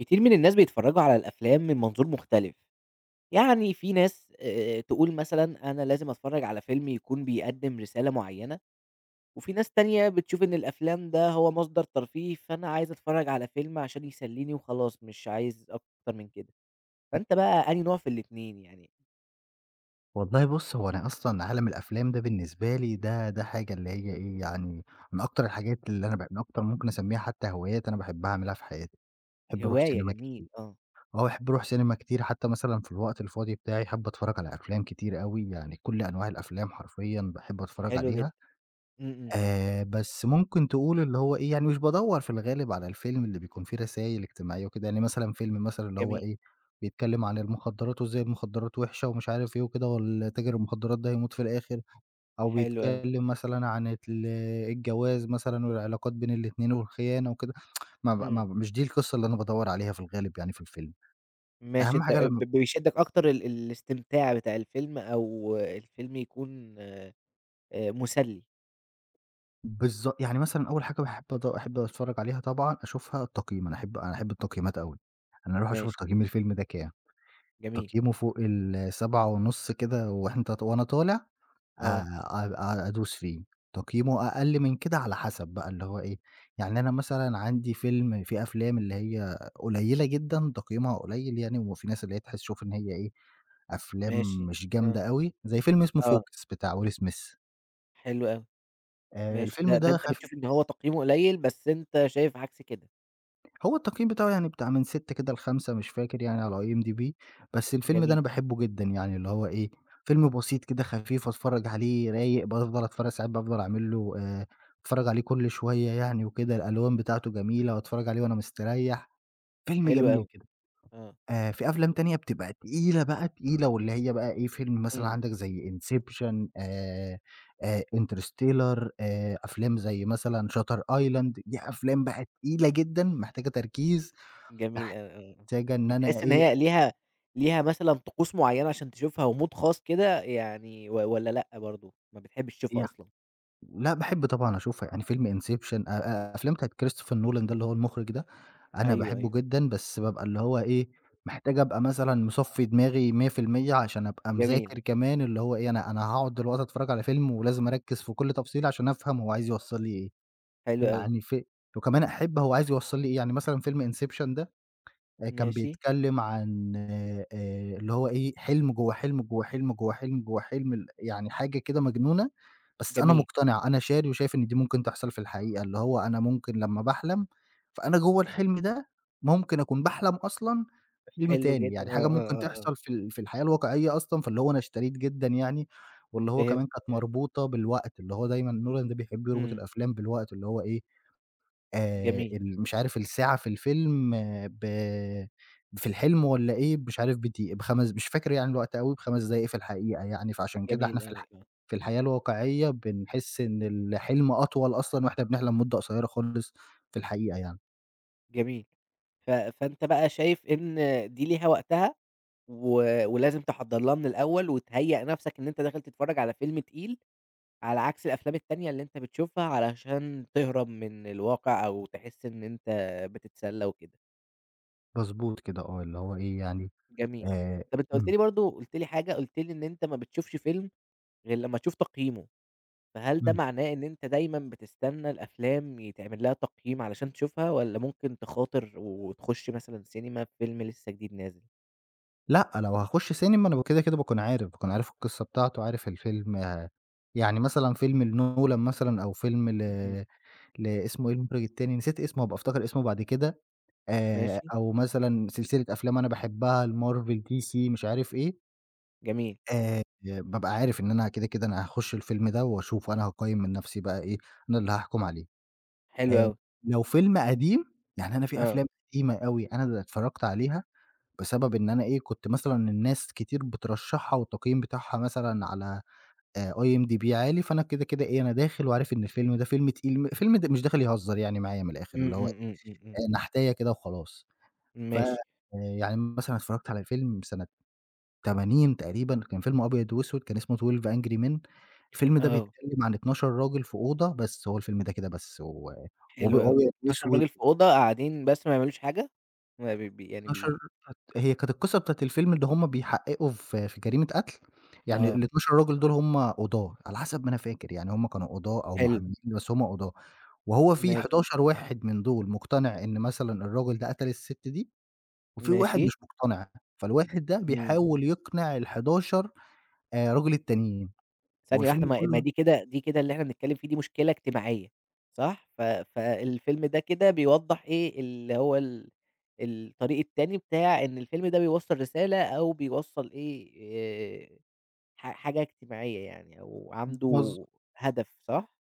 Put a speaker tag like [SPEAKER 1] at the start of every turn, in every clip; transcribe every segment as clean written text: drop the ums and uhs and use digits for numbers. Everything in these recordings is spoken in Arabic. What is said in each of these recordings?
[SPEAKER 1] كتير من الناس بيتفرّجوا على الأفلام من منظور مختلف، يعني في ناس تقول مثلًا أنا لازم أتفرّج على فيلم يكون بيقدّم رسالة معيّنة، وفي ناس تانية بتشوف إن الأفلام ده هو مصدر ترفيه، فأنا عايز أتفرّج على فيلم عشان يسلّيني وخلاص مش عايز أكتر من كده، فأنت بقى أنهي نوع في الاتنين يعني؟
[SPEAKER 2] والله بُص، هو أنا أصلًا عالم الأفلام ده بالنسبة لي ده حاجة اللي هي إيه، يعني من أكتر الحاجات اللي أنا ب من أكتر ممكن أسميها حتى هوايات أنا باحب أعملها في حياتي، باحب أروح
[SPEAKER 1] هواية
[SPEAKER 2] سينما ك
[SPEAKER 1] جميل، آه،
[SPEAKER 2] آه، باحب أروح سينما كتير حتى مثلًا في الوقت الفاضي بتاعي، أحب أتفرّج على أفلام كتير أوي، يعني كل أنواع الأفلام حرفيًا باحب أتفرّج
[SPEAKER 1] حلو جدًا،
[SPEAKER 2] عليها.
[SPEAKER 1] إمم، إمم،
[SPEAKER 2] بس ممكن تقول اللي هو إيه، يعني مش بادوّر في الغالب على الفيلم اللي بيكون فيه رسايل اجتماعية وكده، يعني مثلًا فيلم مثلًا اللي هو
[SPEAKER 1] جميل،
[SPEAKER 2] إيه، بيتكلّم عن المخدرات وإزاي المخدرات وِحشة ومش عارف إيه وكده، والتاجر المخدرات ده هيموت في الآخر، أو
[SPEAKER 1] حلو أوي،
[SPEAKER 2] بيتكلّم مثلًا عن الجواز مثلًا والعلاقات بين الاتنين والخيانة وكده، ما ب ما
[SPEAKER 1] إمم،
[SPEAKER 2] ب مش دي القصة اللي أنا بادوّر عليها في الغالب يعني في الفيلم،
[SPEAKER 1] ماشي
[SPEAKER 2] أهم
[SPEAKER 1] أنت
[SPEAKER 2] حاجة
[SPEAKER 1] ب
[SPEAKER 2] لمّا
[SPEAKER 1] بيشدّك أكتر الاستمتاع بتاع الفيلم أو الفيلم يكون مسلّي،
[SPEAKER 2] بالض يعني مثلًا أول حاجة باحب أد أحب أتفرّج عليها طبعًا أشوفها التقييم، أنا أحب التقييمات أوي، أنا أروح أشوف
[SPEAKER 1] ماشي.
[SPEAKER 2] تقييم الفيلم ده كام.
[SPEAKER 1] جميل،
[SPEAKER 2] تقييمه فوق ال7.5 كده وأنا طالع
[SPEAKER 1] آه،
[SPEAKER 2] أ أ أدوس فيه، تقييمه أقل من كده على حسب بقى اللي هو إيه، يعني أنا مثلًا عندي فيلم، في أفلام اللي هي قليلة جدًا تقييمها قليل يعني، وفي ناس اللي هي تحس تشوف إن هي إيه،
[SPEAKER 1] ماشي،
[SPEAKER 2] أفلام مش
[SPEAKER 1] آه،
[SPEAKER 2] جامدة أوي، زي فيلم اسمه
[SPEAKER 1] آه،
[SPEAKER 2] Focus بتاع Will Smith.
[SPEAKER 1] حلو أوي، ماشي،
[SPEAKER 2] الفيلم
[SPEAKER 1] ده
[SPEAKER 2] ده
[SPEAKER 1] أنت
[SPEAKER 2] خف
[SPEAKER 1] بتشوف إن هو تقييمه قليل، بس أنت شايف عكس كده،
[SPEAKER 2] هو التقييم بتاعه يعني بتاع من 6 كده ل5 مش فاكر يعني على IMDb، بس الفيلم ده أنا
[SPEAKER 1] جميل،
[SPEAKER 2] باحبه جدًا يعني، اللي هو إيه، فيلم بسيط كده خفيف أتفرّج عليه رايق، بافضل أتفرّج ساعات بافضل أعمل له أتفرّج عليه كل شوية يعني وكده، الألوان بتاعته جميلة وأتفرّج عليه وأنا مستريّح، فيلم
[SPEAKER 1] حلو
[SPEAKER 2] جميل
[SPEAKER 1] أوي،
[SPEAKER 2] كده.
[SPEAKER 1] آه،
[SPEAKER 2] في أفلام تانية بتبقى تقيلة بقى، تقيلة واللي هي بقى إيه، فيلم مثلًا
[SPEAKER 1] إمم،
[SPEAKER 2] عندك زي Inception Interstellar، أفلام زي مثلًا Shutter Island، دي أفلام بقى تقيلة جدًا محتاجة تركيز.
[SPEAKER 1] جميل أوي، آه، آه،
[SPEAKER 2] محتاجة إن أنا
[SPEAKER 1] بتحس إن
[SPEAKER 2] إيه،
[SPEAKER 1] هي ليها مثلًا طقوس معيّنة عشان تشوفها وmood خاص كده يعني و والّا لأ برضه ما بتحبش تشوفها
[SPEAKER 2] يع
[SPEAKER 1] أصلًا؟
[SPEAKER 2] لأ باحب طبعًا أشوفها، يعني فيلم Inception، أ أ أفلام بتاعة كريستوفر نولان ده اللي هو المُخرِج ده، أنا
[SPEAKER 1] أيوه،
[SPEAKER 2] باحبه
[SPEAKER 1] أيوه،
[SPEAKER 2] جدًا، بس بابقى اللي هو إيه، محتاج أبقى مثلًا مصفّي دماغي 100% عشان أبقى
[SPEAKER 1] جميل،
[SPEAKER 2] مذاكر كمان، اللي هو إيه، أنا هاقعد دلوقتي أتفرّج على فيلم ولازم أركّز في كل تفصيلة عشان أفهم هو عايز يوصّل لي إيه،
[SPEAKER 1] حلو أوي،
[SPEAKER 2] يعني ف وكمان أحب هو عايز يوصّل لي إيه، يعني مثلًا فيلم Inception ده كان
[SPEAKER 1] ماشي،
[SPEAKER 2] بيتكلّم عن اللي هو إيه، حلم جوّه حلم، جوّه حلم، جوّه حلم، جوّه حلم، يعني حاجة كده مجنونة، بس أنا
[SPEAKER 1] جميل،
[SPEAKER 2] مقتنع، أنا شاري وشايف إن دي ممكن تحصل في الحقيقة، اللي هو أنا ممكن لمّا باحلم، فأنا جوّه الحلم ده ممكن أكون باحلم أصلًا بحلم
[SPEAKER 1] حلو
[SPEAKER 2] تاني،
[SPEAKER 1] جدًا،
[SPEAKER 2] يعني
[SPEAKER 1] آه،
[SPEAKER 2] حاجة ممكن
[SPEAKER 1] آه، آه، آه،
[SPEAKER 2] تحصل في في الحياة الواقعية أصلًا، فاللي هو أنا اشتريت جدًا يعني، واللي هو
[SPEAKER 1] فهمتك،
[SPEAKER 2] كمان كانت
[SPEAKER 1] أيوه،
[SPEAKER 2] مربوطة بالوقت، اللي هو دايمًا نولان ده بيحب يربط
[SPEAKER 1] إمم،
[SPEAKER 2] الأفلام بالوقت، اللي هو إيه،
[SPEAKER 1] جميل،
[SPEAKER 2] ال مش عارف الساعة في الفيلم آه، في الحلم والّا إيه، مش عارف بدقي ب5 مش فاكر يعني الوقت أوي، ب5 دقايق في الحقيقة يعني، فعشان كده إحنا
[SPEAKER 1] جميل أوي، آه،
[SPEAKER 2] في الحياة الواقعية بنحس إن الحلم أطول أصلًا وإحنا بنحلم مدة قصيرة خالص في الحقيقة يعني.
[SPEAKER 1] جميل. ف فأنت بقى شايف إن دي ليها وقتها و ولازم تحضّر لها من الأول وتهيّأ نَفْسك إن أنت داخل تتفرّج على فيلم تقيل، على عكس الأفلام التانية اللي أنت بتشوفها علشان تهرب من الواقع أو تحس إن أنت بتتسلّى وكده،
[SPEAKER 2] مضبوط كده آه، اللي هو إيه يعني.
[SPEAKER 1] جميل.
[SPEAKER 2] آآ
[SPEAKER 1] طَب أنت قُلت
[SPEAKER 2] إمم،
[SPEAKER 1] لي برضه قُلت لي حاجة، قُلت لي إن أنت ما بتشوفش فيلم غير لمّا تشوف تقييمه، فهل ده
[SPEAKER 2] إمم.
[SPEAKER 1] معناه إن أنت دايمًا بتستنى الأفلام يتعمل لها تقييم علشان تشوفها والّا ممكن تخاطر وتخُش مثلًا سينما فيلم لسّه جديد نازل؟
[SPEAKER 2] لأ، لو هاخش سينما أنا كده، كده باكون عارف، باكون عارف القصة بتاعته، عارف الفيلم آه، يعني مثلًا فيلم لنولان مثلًا أو فيلم ل
[SPEAKER 1] إمم،
[SPEAKER 2] ل اسمه إيه المُخرِج التاني، نسيت اسمه، هابقى أفتكر اسمه بعد كده،
[SPEAKER 1] ماشي.
[SPEAKER 2] أو مثلًا سلسلة أفلام أنا باحبها لMarvel، DC مش عارف إيه،
[SPEAKER 1] جميل،
[SPEAKER 2] بابقى عارف إن أنا كده، كده أنا هاخُش الفيلم ده وأشوفه، أنا هاقيّم من نَفْسي بقى إيه، أنا اللي هاحكُم عليه.
[SPEAKER 1] حلو
[SPEAKER 2] آآ
[SPEAKER 1] أوي،
[SPEAKER 2] لو فيلم قديم، يعني أنا في
[SPEAKER 1] آه،
[SPEAKER 2] أفلام قديمة أوي أنا اللي اتفرّجت عليها بسبب إن أنا إيه، كنت مثلًا الناس كتير بترشّحها والتقييم بتاعها مثلًا على IMDb عالي، فأنا كده، كده إيه، أنا داخل وعارف إن الفيلم ده فيلم تقيل، م فيلم د مش داخل يهزّر يعني معايا من الآخِر،
[SPEAKER 1] إمم،
[SPEAKER 2] اللي هو
[SPEAKER 1] إمم، إمم، إمم،
[SPEAKER 2] نحتاية كده وخلاص.
[SPEAKER 1] إمم،
[SPEAKER 2] ف
[SPEAKER 1] ماشي،
[SPEAKER 2] يعني مثلًا اتفرّجت على فيلم سَنة 80 تقريبًا، كان فيلم أبيض وأسود كان اسمه 12 Angry Men، الفيلم ده
[SPEAKER 1] آه،
[SPEAKER 2] بيتكلّم عن 12 راجل في أوضة بس، هو الفيلم ده كده بس و
[SPEAKER 1] حلو أوي،
[SPEAKER 2] وأبيض
[SPEAKER 1] 12
[SPEAKER 2] وأسود.
[SPEAKER 1] راجل في أوضة قاعدين بس ما بيعملوش حاجة؟ ما بي بي يعني
[SPEAKER 2] 12،
[SPEAKER 1] بي
[SPEAKER 2] هي كانت القصة بتاعة الفيلم إن هم بيحققوا في جريمة قتل، يعني
[SPEAKER 1] آه،
[SPEAKER 2] ال12 راجل دول هم قُضاة على حسب ما أنا فاكر، يعني هم كانوا قُضاة أو
[SPEAKER 1] حلو،
[SPEAKER 2] محامين بس هم قُضاة، وهو في
[SPEAKER 1] ماشي،
[SPEAKER 2] 11 واحد من دول مقتنع إن مثلًا الراجل ده قتل السِت دي، وفي واحد
[SPEAKER 1] ماشي،
[SPEAKER 2] مش مقتنع، فالواحد ده
[SPEAKER 1] إمم،
[SPEAKER 2] بيحاول يقنع ال11 راجل التانيين،
[SPEAKER 1] ثانية واحدة
[SPEAKER 2] والفيلم
[SPEAKER 1] ما
[SPEAKER 2] كله.
[SPEAKER 1] دي كده اللي إحنا بنتكلم فيه دي مشكلة اجتماعية صح؟ ف فالفيلم ده كده بيوضّح إيه اللي هو الطريق التاني بتاع إن الفيلم ده بيوصّل رسالة أو بيوصّل إيه، حاجة اجتماعية يعني أو
[SPEAKER 2] مز
[SPEAKER 1] عنده هدف صح؟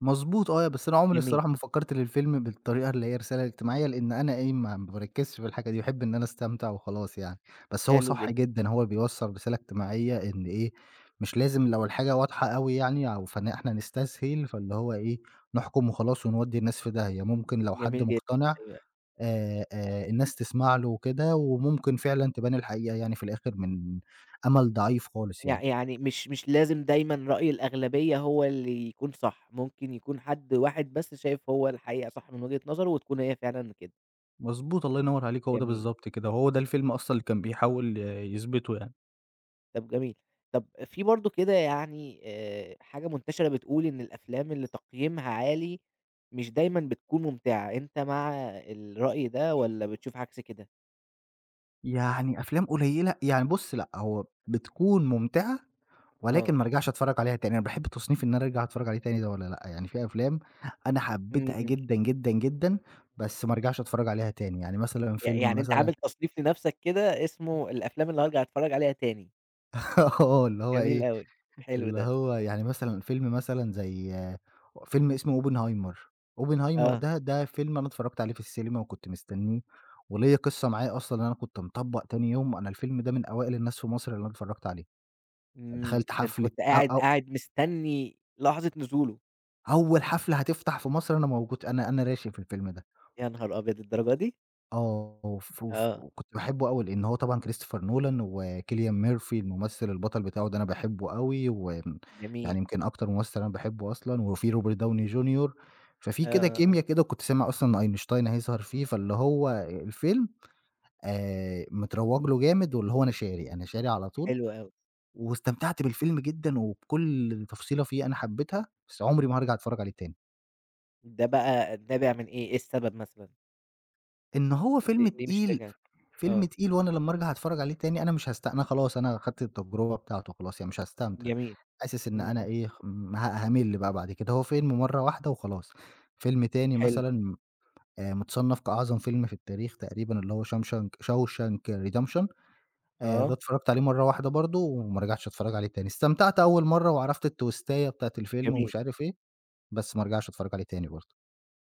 [SPEAKER 2] مضبوط آه، بس أنا عمري
[SPEAKER 1] جميل.
[SPEAKER 2] الصراحة ما فكّرت للفيلم بالطريقة اللي هي رسالة اجتماعية، لإن أنا إيه، ما باركّزش في الحاجة دي، باحب إن أنا أستمتع وخلاص يعني. بس هو
[SPEAKER 1] حلو
[SPEAKER 2] صح
[SPEAKER 1] جدًا،
[SPEAKER 2] جدًا، هو بيوصّل رسالة اجتماعية إن إيه، مش لازم لو الحاجة واضحة أوي يعني أو فإن إحنا نستسهل، فاللي هو إيه، نحكُم وخلاص ونودّي الناس في داهية. ممكن لو حد
[SPEAKER 1] جميل جدًا،
[SPEAKER 2] مقتنع،
[SPEAKER 1] أيوه،
[SPEAKER 2] الناس تسمع له وكده، وممكن فعلًا تبان الحقيقة يعني في الآخر من أمل ضعيف خالص يعني.
[SPEAKER 1] يعني مش لازم دايمًا رأي الأغلبية هو اللي يكون صح، ممكن يكون حد واحد بس شايف هو الحقيقة صح من وجهة نظره وتكون هي فعلًا كده،
[SPEAKER 2] مضبوط، الله ينوّر عليك، هو ده
[SPEAKER 1] جميل،
[SPEAKER 2] بالضبط كده، هو ده الفيلم أصلًا اللي كان بيحاول آه، يثبته يعني.
[SPEAKER 1] طب جميل، طب في برضه كده يعني حاجة منتشرة بتقول إن الأفلام اللي تقييمها عالي مش دايمًا بتكون ممتعة، أنت مع الرأي ده والّا بتشوف عكس كده؟
[SPEAKER 2] يعني أفلام قليلة يعني بُص لأ، هو بتكون ممتعة ولكن
[SPEAKER 1] آه،
[SPEAKER 2] ما ارجعش أتفرّج عليها تاني، أنا باحب تصنيف إن أنا أرجع أتفرّج عليه تاني ده والّا لأ، يعني في أفلام أنا
[SPEAKER 1] إمم،
[SPEAKER 2] حبيتها
[SPEAKER 1] إمم،
[SPEAKER 2] جدًا، جدًا، جدًا، بس ما ارجعش أتفرّج عليها تاني، يعني مثلًا فيلم
[SPEAKER 1] يعني أنت
[SPEAKER 2] مثلًا
[SPEAKER 1] عامل تصنيف لنفْسك كده اسمه الأفلام اللي هارجع أتفرج عليها تاني،
[SPEAKER 2] آه، اللي هو
[SPEAKER 1] جميل
[SPEAKER 2] إيه،
[SPEAKER 1] أوي، حلو
[SPEAKER 2] اللي
[SPEAKER 1] ده.
[SPEAKER 2] هو يعني مثلًا فيلم مثلًا زي آه، فيلم اسمه "اوبنهايمر"، "اوبنهايمر"
[SPEAKER 1] آه،
[SPEAKER 2] ده ده فيلم أنا اتفرّجت عليه في السينما وكنت مستنّيه، وليّا قصّة معاه أصلًا إن أنا كنت مطبّق تاني يوم، أنا الفيلم ده من أوائل الناس في مصر اللي أنا اتفرّجت عليه،
[SPEAKER 1] إمم،
[SPEAKER 2] دخلت
[SPEAKER 1] ده أنت
[SPEAKER 2] حفلة
[SPEAKER 1] كنت
[SPEAKER 2] أ أو
[SPEAKER 1] قاعد مستني لحظة نزوله،
[SPEAKER 2] أول حفلة هتفتح في مصر أنا موجود، أنا راشق في الفيلم ده.
[SPEAKER 1] يا نهار أبيض للدرجة دي!
[SPEAKER 2] آه، وف وف
[SPEAKER 1] آه،
[SPEAKER 2] وكنت باحبه أوي، لإن هو طبعًا كريستوفر نولان وكيليان ميرفي الممثل البطل بتاعه ده أنا باحبه أوي، ويعني
[SPEAKER 1] جميل،
[SPEAKER 2] يمكن أكتر ممثل أنا باحبه أصلًا، وفي روبرت داوني جونيور، ففي
[SPEAKER 1] آه،
[SPEAKER 2] كده
[SPEAKER 1] آه،
[SPEAKER 2] كيميا
[SPEAKER 1] آه،
[SPEAKER 2] كده، وكنت سامع أصلًا إن أينشتاين هيظهر فيه، فاللي هو الفيلم متروّج له جامد واللي هو أنا شاري، أنا شاري على طول،
[SPEAKER 1] حلو أوي،
[SPEAKER 2] واستمتعت بالفيلم جدًا وبكل تفصيلة فيه أنا حبيتها، بس عمري ما هارجع أتفرّج عليه تاني.
[SPEAKER 1] ده بقى نابع من إيه، إيه السبب مثلًا؟
[SPEAKER 2] إن هو فيلم
[SPEAKER 1] ليه مش
[SPEAKER 2] تقيل،
[SPEAKER 1] راجع؟
[SPEAKER 2] فيلم
[SPEAKER 1] آه،
[SPEAKER 2] تقيل وأنا لمّا أرجع أتفرّج عليه تاني أنا مش هاست أنا خلاص أنا خدت التجربة بتاعته خلاص، يعني مش هاستمتع،
[SPEAKER 1] جميل،
[SPEAKER 2] حاسس إن
[SPEAKER 1] إمم،
[SPEAKER 2] أنا
[SPEAKER 1] إمم،
[SPEAKER 2] إيه، خ م ه هامِل بقى بعد كده، هو فيلم مرّة واحدة وخلاص. فيلم تاني
[SPEAKER 1] حلو،
[SPEAKER 2] مثلًا متصنّف كأعظم فيلم في التاريخ تقريبًا اللي هو شامشانك Shawshank Redemption، ده
[SPEAKER 1] آه،
[SPEAKER 2] اتفرّجت عليه مرّة واحدة برضه وما رجعتش أتفرّج عليه تاني، استمتعت أول مرّة وعرفت التويستاية بتاعة الفيلم
[SPEAKER 1] جميل،
[SPEAKER 2] ومش عارف إيه، بس ما ارجعش أتفرّج عليه تاني برضه.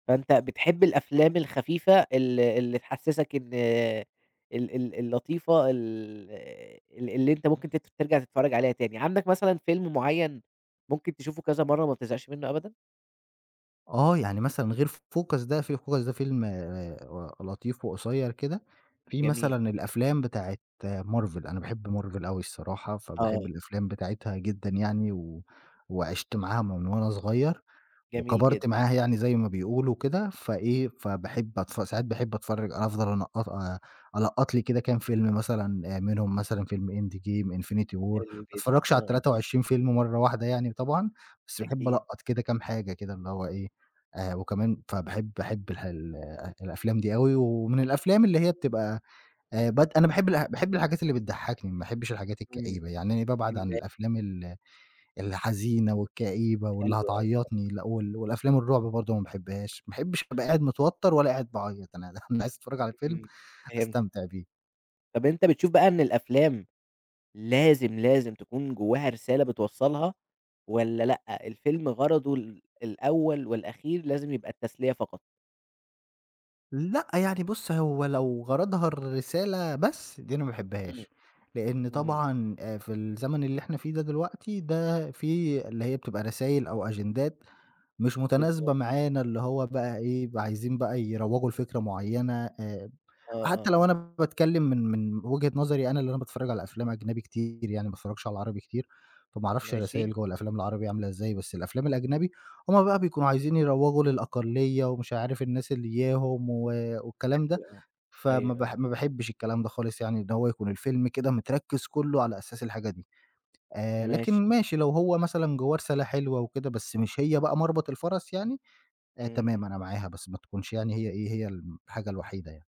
[SPEAKER 1] فأنت بتحب الأفلام الخفيفة اللي تحسسك إن ال ال اللطيفة ال ال اللي أنت ممكن ترجع تتفرج عليها تاني، عندك مثلًا فيلم معين ممكن تشوفه كذا مرة ما بتزهقش منه أبدًا؟
[SPEAKER 2] آه، يعني مثلًا غير فوكس ده، في فوكس ده فيلم لطيف وقصيّر كده، في
[SPEAKER 1] جميل.
[SPEAKER 2] مثلًا الأفلام بتاعة مارفل، أنا باحب مارفل أوي الصراحة، فباحب
[SPEAKER 1] آه،
[SPEAKER 2] الأفلام بتاعتها جدًا يعني، وعِشت معاها من وأنا صغيّر.
[SPEAKER 1] جميل
[SPEAKER 2] وكبرت
[SPEAKER 1] جدًا،
[SPEAKER 2] معاها يعني زي ما بيقولوا كده، فإيه، فباحب أتف ساعات باحب أتفرّج أفضل أنقّط أ ألقّط لي كده كام فيلم مثلًا آه، منهم مثلًا فيلم End Game، Infinity War، ما
[SPEAKER 1] حلو جدًا،
[SPEAKER 2] اتفرّجش على
[SPEAKER 1] آه،
[SPEAKER 2] ال23 فيلم مرّة واحدة يعني طبعًا، بس باحب
[SPEAKER 1] أكيد،
[SPEAKER 2] ألقّط كده كام حاجة كده اللي هو إيه، وكمان باحب الح ال آه، الأفلام دي أوي، ومن الأفلام اللي هي بتبقى بد أنا باحب الحاجات اللي بتضحّكني، ما باحبش الحاجات
[SPEAKER 1] إمم،
[SPEAKER 2] الكئيبة، يعني أنا بابعد
[SPEAKER 1] إمم،
[SPEAKER 2] عن
[SPEAKER 1] لأ
[SPEAKER 2] الأفلام الحزينة والكئيبة واللي
[SPEAKER 1] حلو أوي،
[SPEAKER 2] هتعيّطني، لأ، وال والأفلام الرعب برضه ما باحبهاش، ما باحبش أبقى قاعد متوتر ولا قاعد باعيّط، أنا أنا عايز أتفرّج على فيلم
[SPEAKER 1] إمم، فهمتك،
[SPEAKER 2] أستمتع بيه.
[SPEAKER 1] طب أنت بتشوف بقى إن الأفلام لازم تكون جواها رسالة بتوصّلها والّا لأ، الفيلم غرضه الأول والأخير لازم يبقى التسلية فقط؟
[SPEAKER 2] لأ، يعني بُص هو لو غرضها الرسالة بس، دي أنا ما
[SPEAKER 1] إمم،
[SPEAKER 2] باحبهاش، لإن
[SPEAKER 1] إمم،
[SPEAKER 2] طبعًا في الزمن اللي إحنا فيه ده دلوقتي، ده في اللي هي بتبقى رسايل أو أجندات مش متناسبة
[SPEAKER 1] بالضبط،
[SPEAKER 2] معانا، اللي هو بقى إيه، عايزين بقى يروّجوا لفكرة معيّنة، آآ
[SPEAKER 1] آه،
[SPEAKER 2] حتى
[SPEAKER 1] آه،
[SPEAKER 2] لو أنا
[SPEAKER 1] آه،
[SPEAKER 2] باتكلّم من وجهة نظري أنا، اللي أنا باتفرّج على أفلام أجنبي كتير يعني، ما باتفرّجش على العربي كتير، فما أعرفش
[SPEAKER 1] ماشي،
[SPEAKER 2] الرسايل جوّه الأفلام العربي عاملة إزاي، بس الأفلام الأجنبي هم بقى بيكونوا عايزين يروّجوا للأقلية ومش عارف الناس اللي إياهم والكلام ده،
[SPEAKER 1] حلو أوي،
[SPEAKER 2] فما
[SPEAKER 1] أيوه،
[SPEAKER 2] باح
[SPEAKER 1] أيوه،
[SPEAKER 2] ما باحبّش الكلام ده خالص يعني، إن هو يكون الفيلم كده متركِّز كُلّه على أساس الحاجة دي. لكن
[SPEAKER 1] ماشي،
[SPEAKER 2] ماشي لو هو مثلًا جوّاه رسالة حلوة وكده، بس مش هي بقى مربط الفَرَس يعني،
[SPEAKER 1] إمم، إمم،
[SPEAKER 2] تمام أنا معاها، بس ما تكونش يعني هي إيه، هي الحاجة الوحيدة يعني.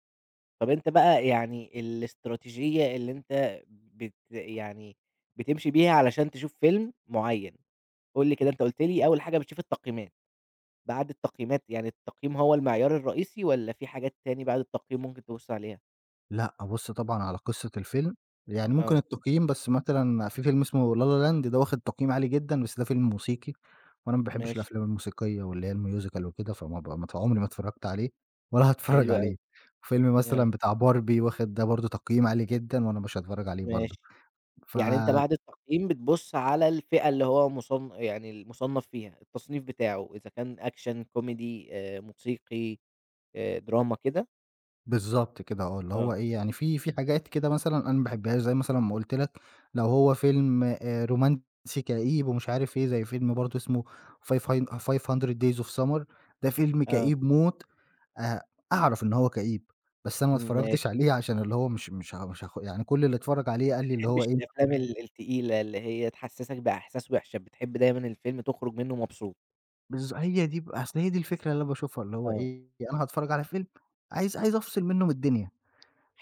[SPEAKER 1] طب أنت بقى يعني الاستراتيجية اللي أنت يعني بتمشي بيها علشان تشوف فيلم معيّن قُل لي كده أنت قُلت لي أول حاجة بتشوف التقييمات، بعد التقييمات يعني التقييم هو المعيار الرئيسي والّا في حاجات تاني بعد التقييم ممكن تبُص عليها؟
[SPEAKER 2] لأ، أبُص طبعًا على قصة الفيلم، يعني ممكن
[SPEAKER 1] آه،
[SPEAKER 2] إمم. التقييم بس، مثلًا في فيلم اسمه لا لا لاند ده واخد تقييم عالي جدًا، بس ده فيلم موسيقي، وأنا ما باحبش
[SPEAKER 1] ماشي،
[SPEAKER 2] الأفلام الموسيقية واللي هي الmusical وكده، فما ب ما ت عمري ما اتفرّجت عليه ولا هاتفرّج
[SPEAKER 1] حلو أوي،
[SPEAKER 2] عليه. فيلم
[SPEAKER 1] آه،
[SPEAKER 2] مثلًا بتاع باربي واخد ده برضه تقييم عالي جدًا وأنا مش هاتفرّج عليه برضه.
[SPEAKER 1] ماشي،
[SPEAKER 2] ف
[SPEAKER 1] يعني أنت بعد التقييم بتبُص على الفئة اللي هو يعني المُصنّف فيها، التصنيف بتاعه، إذا كان أكشن، كوميدي، موسيقي، دراما كده؟
[SPEAKER 2] بالضبط كده آه، اللي هو
[SPEAKER 1] آه،
[SPEAKER 2] إيه، يعني في حاجات كده مثلًا أنا ما باحبهاش، زي مثلًا ما قُلت لك لو هو فيلم رومانسي كئيب ومش عارف إيه، زي فيلم برضه اسمه five هن 500 days of summer. ده فيلم
[SPEAKER 1] آه،
[SPEAKER 2] كئيب موت. آآ أعرف إن هو كئيب، بس أنا ما اتفرّجتش
[SPEAKER 1] ماشي،
[SPEAKER 2] عليه عشان اللي هو مش مش ه مش هاخ يعني كل اللي اتفرّج
[SPEAKER 1] ما
[SPEAKER 2] عليه قال لي اللي هو
[SPEAKER 1] بتحبش
[SPEAKER 2] إيه.
[SPEAKER 1] الأفلام التقيلة اللي هي تحسّسك بأحساس وِحشة، بتحب دايمًا الفيلم تخرج منه مبسوط،
[SPEAKER 2] بالض هي دي ب أصل هي دي الفكرة اللي أنا باشوفها، اللي هو
[SPEAKER 1] آه،
[SPEAKER 2] إيه، أنا هاتفرّج على فيلم عايز أفصل منه من الدنيا.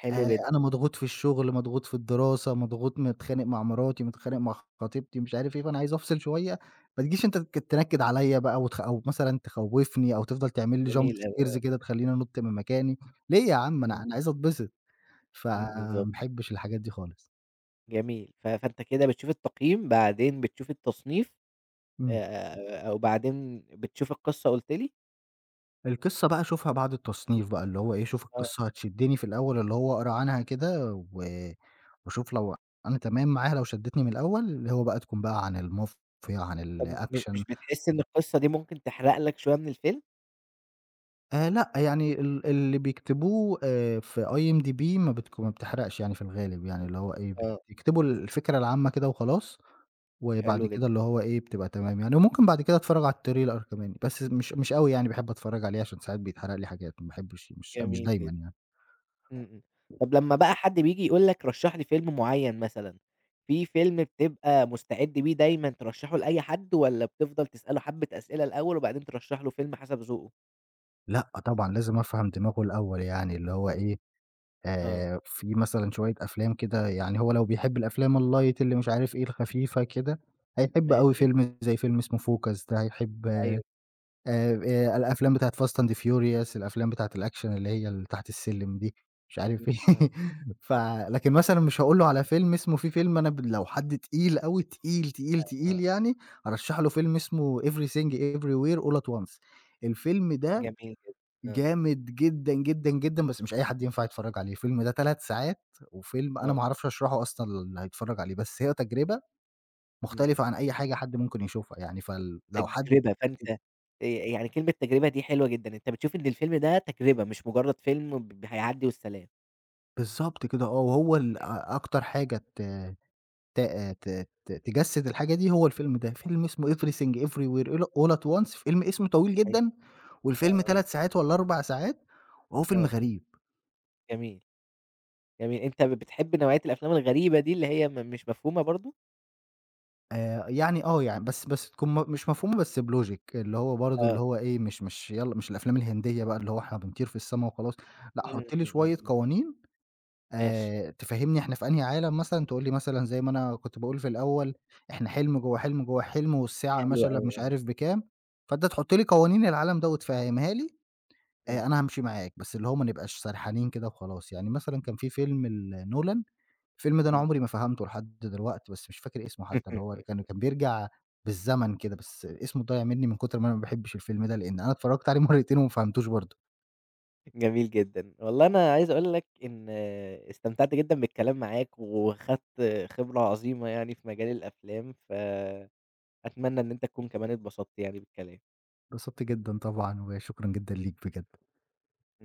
[SPEAKER 1] حلو جدًا،
[SPEAKER 2] أنا مضغوط في الشغل، مضغوط في الدراسة، مضغوط متخانق مع مراتي، متخانق مع خطيبتي، مش عارف إيه، فأنا عايز أفصل شوية. ما تجيش أنت تنكد عليَّ بقى أو مثلًا تخوّفني أو تفضل تعمل لي jump
[SPEAKER 1] جميل أوي،
[SPEAKER 2] scares كده تخلّيني أنُط من مكاني. ليه يا عم
[SPEAKER 1] إمم.
[SPEAKER 2] أنا عايز أتبسط.
[SPEAKER 1] إمم،
[SPEAKER 2] فما
[SPEAKER 1] بالضبط،
[SPEAKER 2] باحبش الحاجات دي خالص.
[SPEAKER 1] جميل. فأنت كده بتشوف التقييم، بعدين بتشوف التصنيف
[SPEAKER 2] إمم.
[SPEAKER 1] أو بعدين بتشوف القصة قُلت لي؟
[SPEAKER 2] القصة بقى أشوفها بعد التصنيف بقى، اللي هو إيه، شوف
[SPEAKER 1] آه،
[SPEAKER 2] القصة هتشدني في الأول اللي هو أقرا عنها كده و وأشوف لو أنا تمام معاها، لو شدتني من الأول اللي هو بقى تكون بقى عن المافيا، عن
[SPEAKER 1] طب
[SPEAKER 2] الأكشن.
[SPEAKER 1] مش بتحس إن القصة دي ممكن تحرق لك شوية من الفيلم؟
[SPEAKER 2] لأ، يعني اللي بيكتبوه في IMDb ما بتحرقش يعني في الغالب، يعني اللي هو إيه،
[SPEAKER 1] آه،
[SPEAKER 2] بيكتبوا الفكرة العامة كده وخلاص، وبعد
[SPEAKER 1] حلو جدًا،
[SPEAKER 2] كده اللي هو إيه، بتبقى تمام يعني، وممكن بعد كده أتفرّج على التريلر كمان، بس مش أوي يعني باحب أتفرّج عليه عشان ساعات بيتحرق لي حاجات، ما باحبش مش
[SPEAKER 1] جميل
[SPEAKER 2] دايمًا
[SPEAKER 1] جدًا،
[SPEAKER 2] يعني.
[SPEAKER 1] إمم، إمم. طب لمّا بقى حد بييجي يقول لك رشّح لي فيلم معيّن مثلًا، في فيلم بتبقى مستعد بيه دايمًا ترشّحه لأي حد والّا بتفضل تسأله حبّة أسئلة الأول وبعدين ترشّح له فيلم حسب ذوقه؟
[SPEAKER 2] لأ طبعًا لازم أفهم دماغه الأول يعني، اللي هو إيه،
[SPEAKER 1] آه،
[SPEAKER 2] في مثلًا شوية أفلام كده يعني هو لو بيحب الأفلام الlight اللي مش عارف إيه، الخفيفة كده، هيحب أوي
[SPEAKER 1] ماشي،
[SPEAKER 2] فيلم زي فيلم اسمه Focus ده، هيحب
[SPEAKER 1] أيوه،
[SPEAKER 2] الأفلام بتاعة Fast and Furious، الأفلام بتاعة الأكشن اللي هي اللي تحت السلم دي، مش عارف
[SPEAKER 1] جميل،
[SPEAKER 2] إيه،
[SPEAKER 1] آه،
[SPEAKER 2] ف لكن مثلًا مش هاقول له على فيلم اسمه في فيلم أنا ب لو حد تقيل أوي، تقيل، تقيل، تقيل
[SPEAKER 1] آه،
[SPEAKER 2] يعني، هارشّح له فيلم اسمه Everything Everywhere All at Once. الفيلم ده
[SPEAKER 1] جميل جدًا، آه.
[SPEAKER 2] جامد جدًا، جدًا، جدًا، بس مش أي حد ينفع يتفرّج عليه. الفيلم ده 3 ساعات، وفيلم أنا ما
[SPEAKER 1] آه،
[SPEAKER 2] اعرفش أشرحه أصلًا للي هيتفرّج عليه، بس هي تجربة
[SPEAKER 1] إمم.
[SPEAKER 2] مختلفة عن أي حاجة حد ممكن يشوفها يعني. فال لو حد
[SPEAKER 1] تجربة، فأنت يعني كلمة تجربة دي حلوة جدًا، أنت بتشوف إن الفيلم ده تجربة مش مجرد فيلم هيعدّي والسلام.
[SPEAKER 2] بالضبط كده آه، وهو ال أ أكتر حاجة ت ت ت ت تجسّد الحاجة دي هو الفيلم ده، فيلم اسمه Everything Everywhere All at Once، فيلم اسمه طويل
[SPEAKER 1] حلو،
[SPEAKER 2] جدًا، والفيلم
[SPEAKER 1] آه،
[SPEAKER 2] 3 ساعات والّا 4 ساعات، وهو
[SPEAKER 1] آه،
[SPEAKER 2] فيلم
[SPEAKER 1] آه،
[SPEAKER 2] غريب.
[SPEAKER 1] جميل. جميل، أنت بتحب نوعية الأفلام الغريبة دي اللي هي مش مفهومة برضه؟
[SPEAKER 2] يعني آه، يعني بس تكون مش مفهومة بس بlogic اللي هو برضه اللي
[SPEAKER 1] آه،
[SPEAKER 2] هو إيه مش يالّا مش الأفلام الهندية بقى اللي هو إحنا بنطير في السما وخلاص، لأ
[SPEAKER 1] إمم،
[SPEAKER 2] حُط لي
[SPEAKER 1] إمم، إمم،
[SPEAKER 2] شوية
[SPEAKER 1] إمم،
[SPEAKER 2] قوانين
[SPEAKER 1] ماشي،
[SPEAKER 2] تفهّمني إحنا في أنهي عالم مثلًا، تقول لي مثلًا زي ما أنا كنت باقول في الأول، إحنا حلم جوّه حلم جوّه حلم والساعة
[SPEAKER 1] حلو
[SPEAKER 2] مثلًا
[SPEAKER 1] أوي،
[SPEAKER 2] مش
[SPEAKER 1] أيوه،
[SPEAKER 2] عارف بكام، فأنت تحُط لي قوانين العالم ده وتفهّمها لي،
[SPEAKER 1] إمم،
[SPEAKER 2] أنا هامشي معاك، بس اللي هو ما نبقاش سرحانين كده وخلاص. يعني مثلًا كان في فيلم لنولان، الفيلم ده أنا
[SPEAKER 1] إمم.
[SPEAKER 2] عمري ما فهمته لحد دلوقتي، بس مش فاكر اسمه حتى، اللي هو كان كان بيرجع بالزمن كده، بس اسمه ضايع منّي من كتر ما أنا ما باحبش الفيلم ده، لإن أنا اتفرّجت عليه مرّتين وما فهمتوش برضه.
[SPEAKER 1] جميل جدًا، والله أنا عايز أقول لك إن استمتعت جدًا بالكلام معاك، وخدت خبرة عظيمة يعني في مجال الأفلام، فأتمنى إن أنت تكون كمان اتبسطت يعني بالكلام.
[SPEAKER 2] اتبسطت جدًا طبعًا وشكرًا جدًا ليك بجد.
[SPEAKER 1] إمم.